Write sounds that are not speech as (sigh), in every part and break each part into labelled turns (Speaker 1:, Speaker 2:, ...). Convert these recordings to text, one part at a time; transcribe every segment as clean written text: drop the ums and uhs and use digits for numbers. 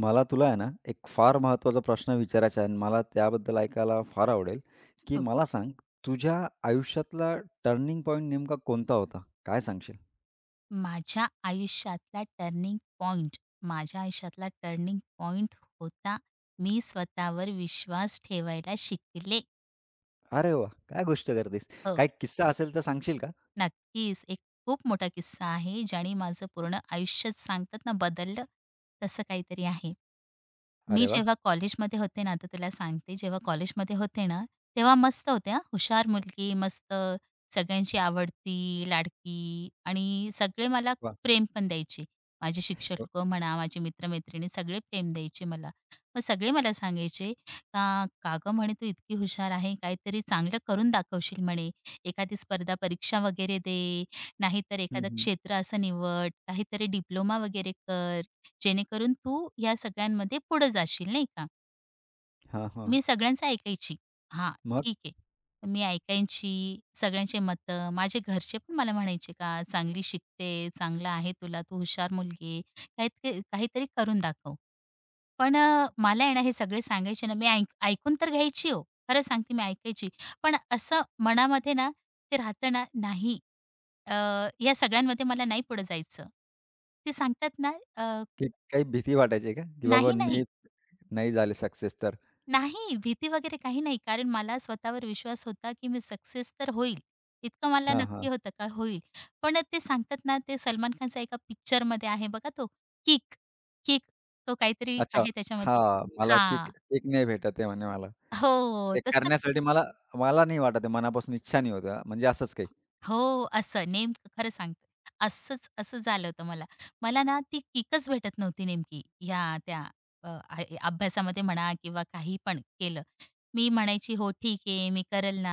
Speaker 1: मला तुला आहे ना, एक फार महत्त्वाचा प्रश्न विचारायचा आहे आणि मला त्याबद्दल ऐकायला फार आवडेल, की
Speaker 2: हो.
Speaker 1: मला सांग तुझ्या आयुष्यातला टर्निंग पॉइंट नेमका कोणता होता? काय सांगशील?
Speaker 2: माझ्या आयुष्यातला टर्निंग पॉइंट माझ्या आयुष्यातला टर्निंग पॉइंट होता मी स्वतःवर विश्वास ठेवायला शिकले.
Speaker 1: अरे वा, काय गोष्ट करतेस? काही
Speaker 2: हो,
Speaker 1: किस्सा असेल तर सांगशील का?
Speaker 2: नक्कीच. एक खूप मोठा किस्सा आहे ज्याने माझं पूर्ण आयुष्यच सांगतात ना बदललं, तसं काहीतरी आहे. मी
Speaker 1: अरे वाह!
Speaker 2: जेव्हा कॉलेजमध्ये होते ना, आता तुला सांगते, जेव्हा कॉलेजमध्ये होते ना, तेव्हा मस्त होते हां, हुशार मुलगी, मस्त सगळ्यांची आवडती, लाडकी आणि सगळे मला
Speaker 1: वाह!
Speaker 2: खूप प्रेम पण द्यायचे. माझे शिक्षक म्हणा, माझे मित्र सगळे प्रेम द्यायचे मला. मग सगळे मला सांगायचे, "का का म्हणे तू इतकी हुशार आहे, काहीतरी चांगलं करून दाखवशील म्हणे. एखादी स्पर्धा परीक्षा वगैरे दे, नाहीतर
Speaker 1: हं,
Speaker 2: एखादं
Speaker 1: हं.
Speaker 2: क्षेत्र असं निवड, काहीतरी डिप्लोमा वगैरे कर." जेणेकरून तू या सगळ्यांमध्ये पुढे जाशील, नाही का.
Speaker 1: हां, हां.
Speaker 2: मी सगळ्यांचं ऐकायची. हां,
Speaker 1: मग
Speaker 2: ठीक आहे. मी ऐकायची सगळ्यांचे मतं. माझे घरचे पण मला म्हणायचे का, "चांगली शिकते, चांगलं आहे तुला, तू हुशार मुलगी आहे. काहीतरी काहीतरी करून दाखव." पण मला आहे ना हे सगळे सांगायचे ना, मी ऐकून तर घ्यायची हो. खरं सांगते मी ऐकायची. पण असं मनामध्ये ना ते राहतं ना, नाही अ, या सगळ्यांमध्ये मला नाही पुढे जायचं. ते सांगतात ना
Speaker 1: की काही भीती वाटायची का? की बाबा
Speaker 2: "नाही,
Speaker 1: मी
Speaker 2: नाही."
Speaker 1: नाही झाले सक्सेस तर?
Speaker 2: नाही, भीती वगैरे काही नाही. कारण मला स्वतःवर विश्वास होता, की मी सक्सेस तर होईल. इतकं मला
Speaker 1: हां, हां.
Speaker 2: नक्की होतं का होईल. पण ते सांगतात ना, ते सलमान खानचा एका पिक्चरमध्ये आहे बघा तो किक. किक तो काहीतरी
Speaker 1: अच्छा.
Speaker 2: आहे त्याच्यामध्ये.
Speaker 1: हां, मला किक
Speaker 2: हां.
Speaker 1: किक नाही भेटत आहे म्हणे मला.
Speaker 2: हो,
Speaker 1: ते
Speaker 2: तसं
Speaker 1: करण्यासाठी मला मला नाही वाटत आहे, मनापासून इच्छा नाही होत आहे म्हणजे असंच काही?
Speaker 2: हो, असं नेमकं खरं सांगते. असंच असं झालं होतं मला. मला ना ती किकच भेटत नव्हती नेमकी ह्या त्या अभ्यासामध्ये म्हणा किंवा काही पण केलं. मी म्हणायची, "हो, ठीक आहे, मी करेल ना.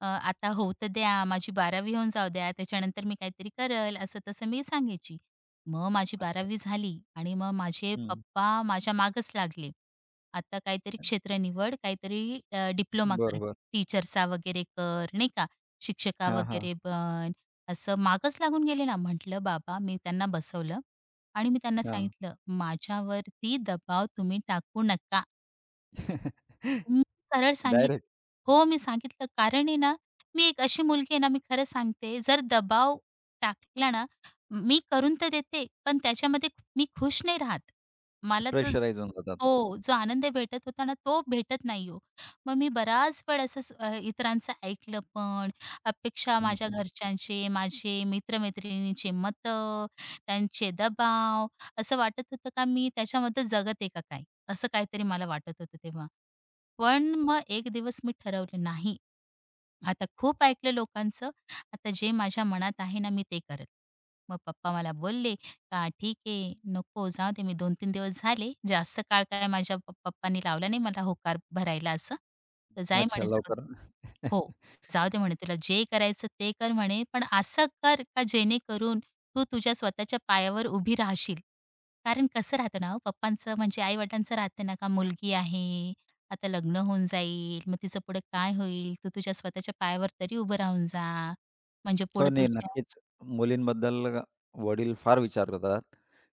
Speaker 2: आता होऊ तर द्या, माझी 12वी होऊन जाऊ द्या, त्याच्यानंतर मी काहीतरी करेल," असं-तसं मी सांगायची. मग माझी
Speaker 1: अच्छा.
Speaker 2: 12वी झाली आणि मग माझे
Speaker 1: हं.
Speaker 2: पप्पा माझ्या मागच लागले. आता काहीतरी क्षेत्र निवड, काहीतरी डिप्लोमा कर,
Speaker 1: बरोबर.
Speaker 2: टीचरचा वगैरे कर, नाही का, शिक्षिका
Speaker 1: हां, हां,
Speaker 2: वगैरे बन, असं मागच लागून गेले ना. म्हटलं, "बाबा," मी त्यांना बसवलं आणि मी त्यांना
Speaker 1: हां.
Speaker 2: सांगितलं, "माझ्यावरती दबाव तुम्ही टाकू नका."
Speaker 1: (laughs)
Speaker 2: मी सरळ सांगितलं.
Speaker 1: डायरेक्ट
Speaker 2: हो, मी सांगितलं कारण आहे ना, मी एक अशी मुलगी आहे ना, मी खरं सांगते जर दबाव टाकला ना, मी करून तर देते, पण त्याच्यामध्ये मी खुश नाही राहत. मला तो ज
Speaker 1: प्रेशराईज होऊन जातात.
Speaker 2: हो, जो आनंद भेटत होता ना, तो भेटत नाही हो. मग मी बराच वेळ असंच इतरांचं ऐकलं पण, अपेक्षा
Speaker 1: हं,
Speaker 2: माझ्या
Speaker 1: हं.
Speaker 2: घरच्यांचे, माझे मित्र मतं, त्यांचे दबाव, असं वाटत होतं का मी त्याच्यामध्ये जगत आहे का काय? असं काहीतरी मला वाटत होतं तेव्हा. पण मग एक दिवस मी ठरवले, नाही, आता खूप ऐकलं लोकांचं, आता जे माझ्या मनात आहे ना, मी ते करेल. मग पप्पा मला बोलले, "का ठीक आहे, नको जाऊ दे." मी 2-3 दिवस झाले. जास्त काळ काय माझ्या पप्पांनी लावला नाही मला होकार भरायला असं. तर जाय
Speaker 1: अच्छा
Speaker 2: म्हणे, "जाऊ दे."
Speaker 1: लवकर.
Speaker 2: हो,
Speaker 1: (laughs)
Speaker 2: जाऊ दे म्हणे तुला जे करायचं ते कर म्हणे, पण असं कर का जेणेकरून तू तुझ्या स्वतःच्या पायावर उभी राहशील. कारण कसं राहतं ना हो पप्पांचं म्हणजे आई-वडिलांचं राहतं ना, का मुलगी आहे, आता लग्न होऊन जाईल, मग तिचं पुढे काय होईल? तू तुझ्या स्वतःच्या पायावर तरी उभं राहून जा. म्हणजे
Speaker 1: हो,
Speaker 2: पुढे
Speaker 1: नाही
Speaker 2: तुझ्या
Speaker 1: नक्कीच. मुलींबद्दल वडील फार विचार करतात,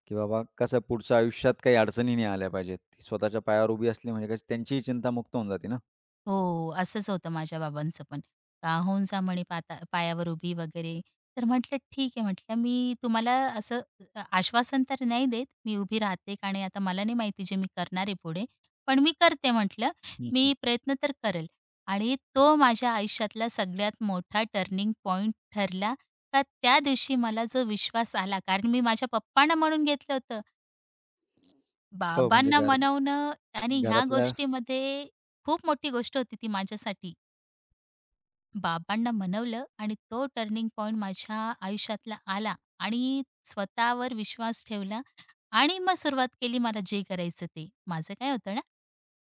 Speaker 1: की बाबा कसं पुढच्या आयुष्यात काही अडचणी नाही आल्या पाहिजेत. ती स्वतःच्या पायावर उभी असली म्हणजे कशी त्यांचीही चिंता मुक्त होऊन जाते ना.
Speaker 2: हो, असंच होतं माझ्या बाबांचं पण. "का होऊन जा," म्हणे, "पाता पायावर उभी," वगैरे. तर म्हटलं, "ठीक आहे," म्हटलं, "मी तुम्हाला असं आश्वासन तर नाही देत, मी उभी राहते का नाही, आता मला नाही माहिती जे मी करणार आहे पुढे, पण मी करते," म्हटलं,
Speaker 1: हं, हं.
Speaker 2: "मी प्रयत्न तर करेल." आणि तो माझ्या आयुष्यातला सगळ्यात मोठा टर्निंग पॉइंट ठरला, का त्या दिवशी मला जो विश्वास आला, कारण मी माझ्या पप्पांना म्हणून घेतलं होतं.
Speaker 1: हो, म्हणजे
Speaker 2: बाबांना
Speaker 1: घर
Speaker 2: मनवणं आणि ह्या
Speaker 1: घरातल्या.
Speaker 2: गोष्टीमध्ये खूप मोठी गोष्ट होती ती माझ्यासाठी. बाबांना मनवलं आणि तो टर्निंग पॉइंट माझ्या आयुष्यातला आला आणि स्वतःवर विश्वास ठेवला आणि मग सुरुवात केली मला जे करायचं ते. माझं काय होतं ना,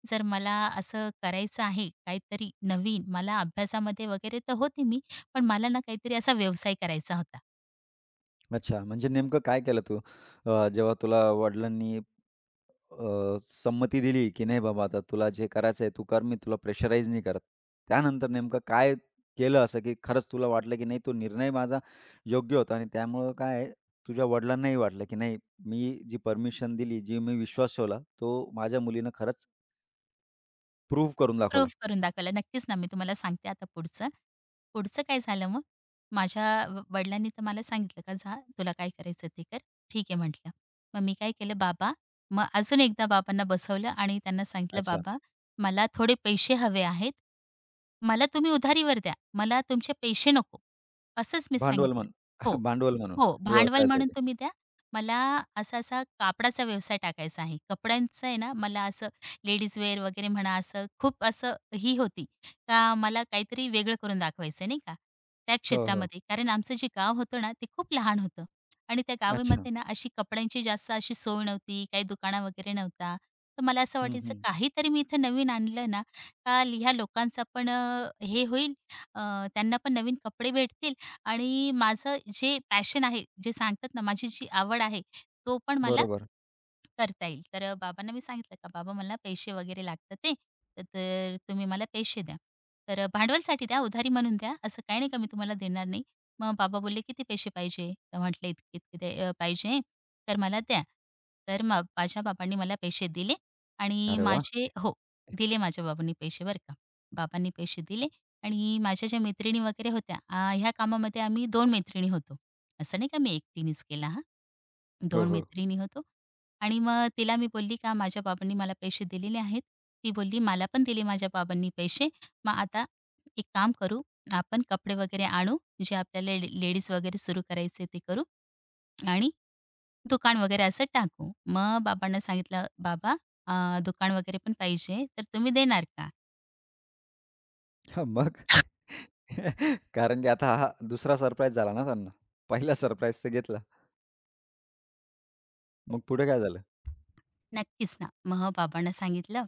Speaker 2: जर मला असं करायचं आहे काहीतरी नवीन, मला अभ्यासामध्ये वगैरे तर होते मी, पण मला ना काहीतरी असा व्यवसाय करायचा होता.
Speaker 1: अच्छा, म्हणजे नेमकं काय केलं तू? जेव्हा तुला वडिलांनी संमती दिली, की "नाही बाबा आता तुला जे करायचं आहे तू कर, मी तुला प्रेशराईज नाही करत." त्यानंतर नेमकं काय केलं असं, की खरंच तुला वाटलं, की नाही तो निर्णय माझा योग्य होता आणि त्यामुळं काय आहे, तुझ्या वडिलांनाही वाटलं, की नाही मी जी परमिशन दिली, जी मी विश्वास ठेवला, तो माझ्या मुलीनं खरंच प्रूव्ह करून दाखवला.
Speaker 2: प्रूफ करून दाखवलं. नक्कीच ना, मी तुम्हाला सांगते आता पुढचं. पुढचं काय झालं मग, माझ्या वडिलांनी तर मला सांगितलं का, "जा तुला काय करायचं ते कर." ठीक आहे म्हटलं. मग मी काय केलं, "बाबा" मग अजून एकदा बाबांना बसवलं आणि त्यांना सांगितलं,
Speaker 1: अच्छा.
Speaker 2: "बाबा, मला थोडे पैसे हवे आहेत. मला तुम्ही उधारीवर द्या. मला तुमचे पैसे नको." असंच मी
Speaker 1: भांडवल
Speaker 2: सांगितलं.
Speaker 1: म्हणून.
Speaker 2: हो,
Speaker 1: (laughs) भांडवल म्हणून
Speaker 2: हो. भांडवल म्हणून
Speaker 1: व्यवसायासाठी.
Speaker 2: तुम्ही द्या. मला असा-असा कापडाचा व्यवसाय टाकायचा आहे. कपड्यांचं आहे ना, मला असं लेडीज वेअर वगैरे म्हणा, असं खूप असं ही होती का मला काहीतरी वेगळं करून दाखवायचं नाही का, त्या
Speaker 1: हो, हो.
Speaker 2: क्षेत्रामध्ये. कारण आमचं जे गाव होतं ना, ते खूप लहान होतं आणि त्या
Speaker 1: अच्छा.
Speaker 2: गावामध्ये ना अशी कपड्यांची जास्त अशी सोय नव्हती, काही दुकानं वगैरे नव्हता. तर मला असं
Speaker 1: हं,
Speaker 2: वाटायचं
Speaker 1: हं.
Speaker 2: काहीतरी मी इथं नवीन आणलं ना, का ह्या लोकांचा पण हे होईल, अ, त्यांना पण नवीन कपडे भेटतील आणि माझं जे पॅशन आहे, जे सांगतात ना, माझी जी आवड आहे, तो पण मला
Speaker 1: बरोबर.
Speaker 2: करता येईल. तर बाबांना मी सांगितलं का बाबा मला पैसे वगैरे लागतात ते, तर तर तुम्ही मला पैसे द्या. तर भांडवलसाठी द्या, उधारी म्हणून द्या. असं काही नाही का मी तुम्हाला देणार नाही. मग बाबा बोलले, "किती पैसे पाहिजे?" तर म्हटलं, "इतके-इतके दे पाहिजे, तर मला द्या." तर माझ्या बाबांनी मला पैसे दिले आणि
Speaker 1: अरे वाह!
Speaker 2: माझे हो, दिले माझ्या बाबांनी पैसे बरं का. बाबांनी पैसे दिले आणि माझ्या ज्या मैत्रिणी वगैरे होत्या, ह्या कामामध्ये आम्ही 2 मैत्रिणी होतो. असं नाही का मी एकटीनेच केला हां.
Speaker 1: हो,
Speaker 2: 2
Speaker 1: हो.
Speaker 2: मैत्रिणी होतो आणि मग तिला मी बोलली का माझ्या बाबांनी मला पैसे दिलेले आहेत. ती बोलली मला पण दिले माझ्या बाबांनी पैसे. मग आता एक काम करू आपण कपडे वगैरे आणू जे आपल्याला लेडीज वगैरे सुरू करायचे ते करू आणि दुकान वगैरे असं टाकू. मग बाबांना सांगितलं बाबा दुकान वगैरे पण पाहिजे तर तुम्ही देणार का?
Speaker 1: (laughs) हां, मग? (laughs) कारण की आता हा दुसरा सरप्राईज झाला ना त्यांना. पहिला सरप्राईज तर घेतला. मग पुढे काय झालं?
Speaker 2: नक्कीच ना. मग बाबांना सांगितलं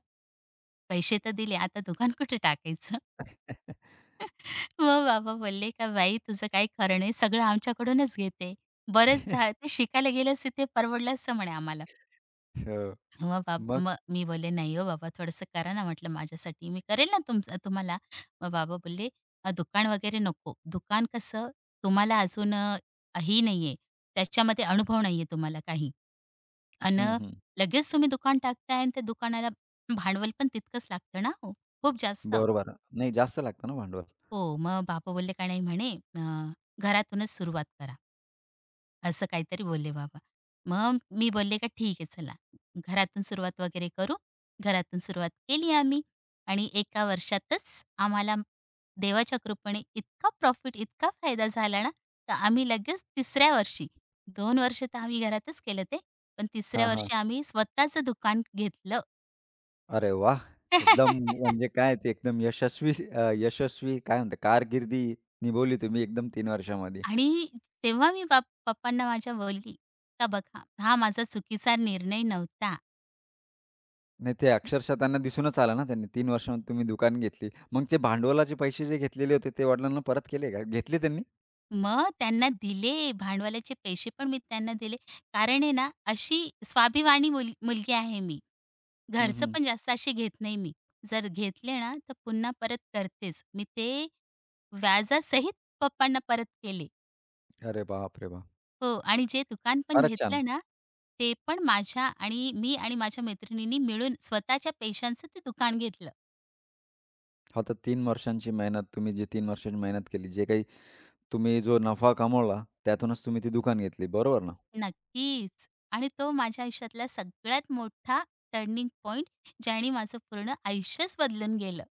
Speaker 2: पैसे तर दिले आता दुकान कुठे टाकायचं? हो बाबा बोलले का "बाई तुझं काही खरं नाही, सगळं आमच्याकडूनच घेते. बरंच झालं
Speaker 1: (laughs)
Speaker 2: ते शिकायला गेलंस तिथे परवडलं असतं" म्हणे आम्हाला.
Speaker 1: हो. मग.
Speaker 2: मग मी बोलले, "नाही हो बाबा थोडंसं करा ना," म्हटलं, "माझ्यासाठी मी करेल ना तुमचं तुम्हाला." मग बाबा बोलले, दुकान वगैरे नको. दुकान कसं तुम्हाला अजून ही नाहीये, त्याच्यामध्ये अनुभव नाहीये तुम्हाला काही. अन्
Speaker 1: हं, हं.
Speaker 2: लगेच तुम्ही दुकान टाकताय आणि त्या दुकानाला भांडवल पण तितकंच लागतं ना हो, खूप जास्त."
Speaker 1: बरोबर. नाही जास्त लागतं ना भांडवल.
Speaker 2: हो, मग बाबा बोलले, "का नाही," म्हणे, "अ, घरातूनच सुरुवात करा." असं काहीतरी बोलले बाबा. मग मी बोलले का ठीक आहे चला, घरातून सुरुवात वगैरे करू. घरातून सुरुवात केली आम्ही आणि एका वर्षातच आम्हाला देवाच्या कृपेने इतका प्रॉफिट, इतका फायदा झाला ना, तर आम्ही लगेच तिसऱ्या वर्षी दोन वर्ष तर आम्ही घरातच केलं ते. पण तिसऱ्या
Speaker 1: हां, हां.
Speaker 2: वर्षी आम्ही स्वतःचं दुकान घेतलं.
Speaker 1: अरे वाह! एकदम
Speaker 2: (laughs)
Speaker 1: म्हणजे काय ते एकदम यशस्वी यशस्वी काय म्हणतात कारकिर्दी निभवली तुम्ही एकदम 3 वर्षामध्ये.
Speaker 2: आणि तेव्हा मी पप्पांना माझ्या बोलली, का बघा हा माझा चुकीचा निर्णय नव्हता.
Speaker 1: नाही ते अक्षरशः त्यांना दिसूनच आलं ना त्यांनी 3 वर्षामध्ये तुम्ही दुकान घेतली. मग ते भांडवलाचे पैसे जे घेतलेले होते ते वडिलांना परत केले का? घेतले त्यांनी?
Speaker 2: मग त्यांना दिले भांडवलाचे पैसे पण मी त्यांना दिले. कारण आहे ना, अशी स्वाभिमानी मुलगी आहे मी.
Speaker 1: हं,
Speaker 2: घरचं
Speaker 1: हं.
Speaker 2: पण जास्त असे घेत नाही मी. जर घेतले ना, तर पुन्हा परत करतेच. मी ते व्याजासहित पप्पांना परत केले.
Speaker 1: अरे बाप रे बाप!
Speaker 2: हो आणि जे दुकान पण
Speaker 1: फारच छान.
Speaker 2: घेतलं ना, ते पण माझ्या आणि मी आणि माझ्या मैत्रिणींनी मिळून स्वतःच्या पैशांचं ते दुकान घेतलं.
Speaker 1: हो, तर 3 वर्षांची मेहनत तुम्ही जी 3 वर्षांची मेहनत केली, जे काही तुम्ही जो नफा कमवला, त्यातूनच तुम्ही ती दुकान घेतली, बरोबर ना?
Speaker 2: नक्कीच. आणि तो माझ्या आयुष्यातला सगळ्यात मोठा टर्निंग पॉइंट ज्याने माझं पूर्ण आयुष्यच बदलून गेलं.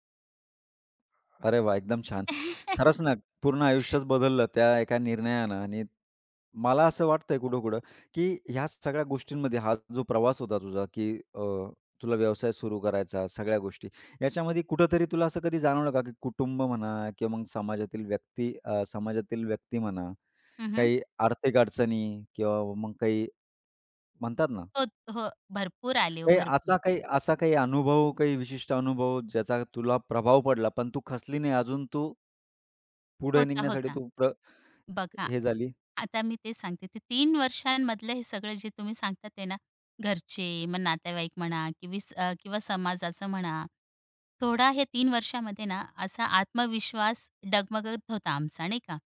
Speaker 1: अरे वाह! एकदम छान. खरंच ना, पूर्ण आयुष्यच बदललं त्या एका निर्णयानं आणि मला असं वाटतंय कुठं-कुठं, की ह्या सगळ्या गोष्टींमध्ये हा जो प्रवास होता तुझा, की अ, तुला व्यवसाय सुरू करायचा, सगळ्या गोष्टी. याच्यामध्ये कुठेतरी तुला असं कधी जाणवलं का, की कुटुंब म्हणा किंवा मग समाजातील व्यक्ती समाजातील व्यक्ती म्हणा,
Speaker 2: हं,
Speaker 1: काही आर्थिक अडचणी किंवा मग काही म्हणतात ना
Speaker 2: हो, हो. भरपूर आले ओ, भरपूर.
Speaker 1: काही अनुभव, काही विशिष्ट अनुभव ज्याचा तुला प्रभाव पडला, पण तू खचली नाही अजून तू पुढे
Speaker 2: होता,
Speaker 1: निघण्यासाठी
Speaker 2: होता.
Speaker 1: तू प्र
Speaker 2: बघा,
Speaker 1: हे झाली?
Speaker 2: आता मी ते सांगते, ते 3 वर्षांमधलं हे सगळं जे तुम्ही सांगतात आहे ना, घरचे, मग नातेवाईक म्हणा किंवी किंवा समाजाचं म्हणा, थोडा हे 3 वर्षामध्ये ना असा आत्मविश्वास डगमगत होता आमचा, नाही का.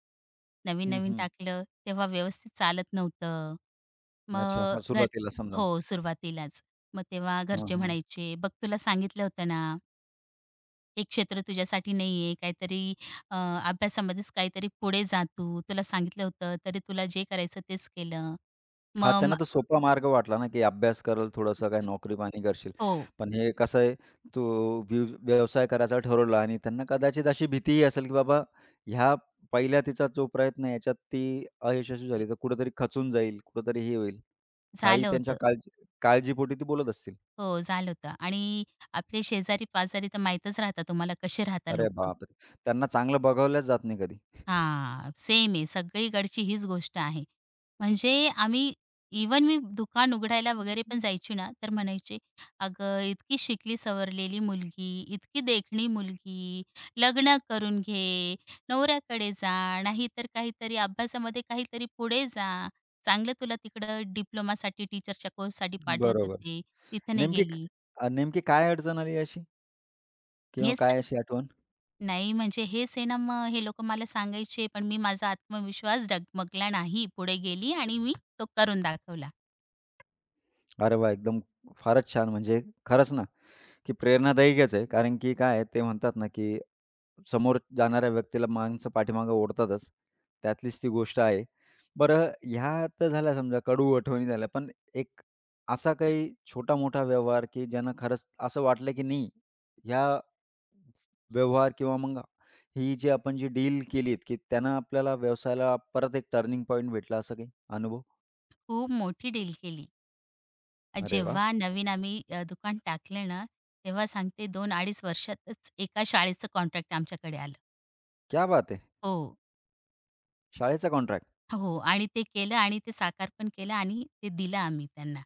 Speaker 1: हं,
Speaker 2: नवीन-नवीन
Speaker 1: हं.
Speaker 2: टाकलं, तेव्हा व्यवस्थित चालत नव्हतं.
Speaker 1: अच्छा.
Speaker 2: मग
Speaker 1: हां,
Speaker 2: घर
Speaker 1: सुरुवातीला समजा.
Speaker 2: हो, सुरुवातीलाच. मग तेव्हा
Speaker 1: हां,
Speaker 2: घरचे
Speaker 1: हां.
Speaker 2: म्हणायचे, "बघ तुला सांगितलं होतं ना." हे क्षेत्र तुझ्यासाठी नाहीये, काहीतरी अ, अभ्यासामध्येच काहीतरी पुढे जा तू. तुला सांगितलं होतं, तरी तुला जे करायचं तेच केलं.
Speaker 1: हां,
Speaker 2: मग
Speaker 1: त्यांना तो सोपा मार्ग वाटला ना, की अभ्यास करल थोडंसं काय नोकरी-पाणी करशील.
Speaker 2: हो,
Speaker 1: पण हे कसं आहे, तू व्यवसाय करायचा ठरवलं आणि त्यांना कदाचित अशी भीतीही असेल, की बाबा ह्या पहिला तिचा जो प्रयत्न आहे, याच्यात ती अयशस्वी झाली, तर कुठेतरी खचून जाईल, कुठेतरी हे होईल. हाही
Speaker 2: झालं
Speaker 1: त्यांच्या
Speaker 2: होतं.
Speaker 1: काळजीपोटी ती बोलत असतील.
Speaker 2: हो, झालं होतं आणि आपले शेजारी-पाजारी तर माहीतच राहतात तुम्हाला कसे राहतात
Speaker 1: अरे
Speaker 2: लोकं.
Speaker 1: बापरे! त्यांना चांगलं बघवलंच जात नाही कधी.
Speaker 2: हां, सेम आहे. सगळीकडची हीच गोष्ट आहे. म्हणजे आम्ही इव्हन मी दुकान उघडायला वगैरे पण जायची ना, तर म्हणायचे, "अगं, इतकी शिकली सवरलेली मुलगी, इतकी देखणी मुलगी, लग्न करून घे, नवऱ्याकडे जा, नाहीतर काहीतरी अभ्यासामध्ये काहीतरी पुढे जा. चांगलं तुला तिकडं डिप्लोमासाठी टीचरच्या कोर्ससाठी पाठवत
Speaker 1: बरोबर.
Speaker 2: होते, तिथं नाही
Speaker 1: नेमकी
Speaker 2: गेली."
Speaker 1: नेमकी काय अडचण आली अशी? किंवा
Speaker 2: हे
Speaker 1: काय अशी आठवण?
Speaker 2: नाही म्हणजे हेच आहे ना मग हे लोकं मला सांगायचे, पण मी माझा आत्मविश्वास डगमगला नाही. पुढे गेली आणि मी तो करून दाखवला.
Speaker 1: अरे वाह! एकदम फारच छान. म्हणजे खरंच ना, की प्रेरणादायीच आहे. कारण की काय आहे ते म्हणतात ना, की समोर जाणाऱ्या व्यक्तीला माणसं पाठीमागे ओढतातच. त्यातलीच ती गोष्ट आहे. बरं ह्या तर झाल्या समजा कडू आठवणी झाल्या. पण एक असा काही छोटा-मोठा व्यवहार, की ज्यानं खरंच असं वाटलं की नाही ह्या व्यवहार किंवा मग ही जी आपण जी डील केलीत, की त्यानं आपल्याला व्यवसायाला परत एक टर्निंग पॉइंट भेटला असं काही अनुभव?
Speaker 2: खूप मोठी डील केली.
Speaker 1: अरे वाह!
Speaker 2: जेव्हा नवीन आम्ही दुकान टाकलं ना, तेव्हा सांगते दोन 25 वर्षातच एका शाळेचं कॉन्ट्रॅक्ट आमच्याकडे आलं.
Speaker 1: क्या बात है!
Speaker 2: हो.
Speaker 1: शाळेचा कॉन्ट्रॅक्ट.
Speaker 2: हो आणि ते केलं आणि ते साकार पण केलं आणि ते दिलं आम्ही त्यांना.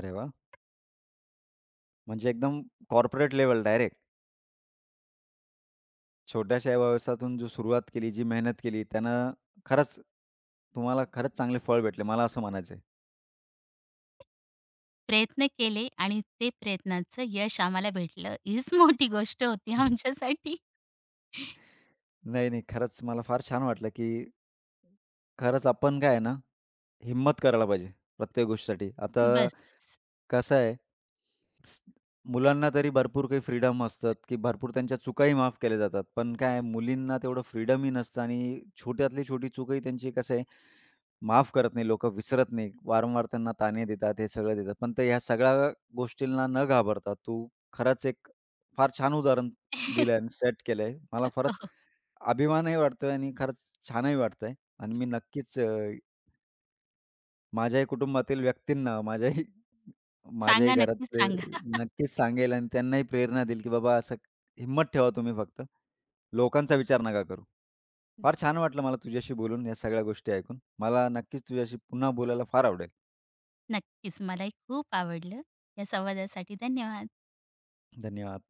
Speaker 1: अरे वाह! म्हणजे एकदम कॉर्पोरेट लेवल डायरेक्ट. छोट्याशा व्यवसायातून जो सुरुवात केली, जी मेहनत केली त्यानं खरंच तुम्हाला खरंच चांगले फळ भेटले. मला असं म्हणायचं आहे.
Speaker 2: प्रयत्न केले आणि ते प्रयत्नाचं यश आम्हाला भेटलं हीच मोठी गोष्ट होती
Speaker 1: (laughs)
Speaker 2: आमच्यासाठी.
Speaker 1: नाही, नाही. खरंच मला फार छान वाटलं, की खरंच आपण काय आहे ना, हिम्मत करायला पाहिजे प्रत्येक गोष्टीसाठी. आता
Speaker 2: बस.
Speaker 1: कसं आहे, स मुलांना तरी भरपूर काही फ्रीडम असतात, की भरपूर त्यांच्या चुकाही माफ केल्या जातात. पण काय आहे, मुलींना तेवढं फ्रीडमही नसतं आणि छोट्यातली छोटी चूकही त्यांची कसं आहे, माफ करत नाही लोकं, विसरत नाही. वारंवार त्यांना ताने देतात, हे सगळं देतात. पण ते ह्या सगळ्या गोष्टींना न घाबरता तू खरंच एक फार छान उदाहरण दिलं आणि सेट केलं. मला फारच अभिमानही वाटतोय आणि खरंच छानही वाटतंय आणि मी नक्कीच माझ्याही कुटुंबातील व्यक्तींना, माझ्याही माझ्याही
Speaker 2: सांगा, नक्कीच
Speaker 1: घरातले
Speaker 2: सांगा.
Speaker 1: नक्कीच सांगेल आणि त्यांनाही प्रेरणा देईल, की बाबा असं हिंमत ठेवा तुम्ही फक्त. लोकांचा विचार नका करू. फार छान वाटलं मला तुझ्याशी बोलून, या सगळ्या गोष्टी ऐकून. मला नक्कीच तुझ्याशी पुन्हा बोलायला फार आवडेल.
Speaker 2: नक्कीच मलाही खूप आवडलं. या संवादासाठी धन्यवाद.
Speaker 1: धन्यवाद.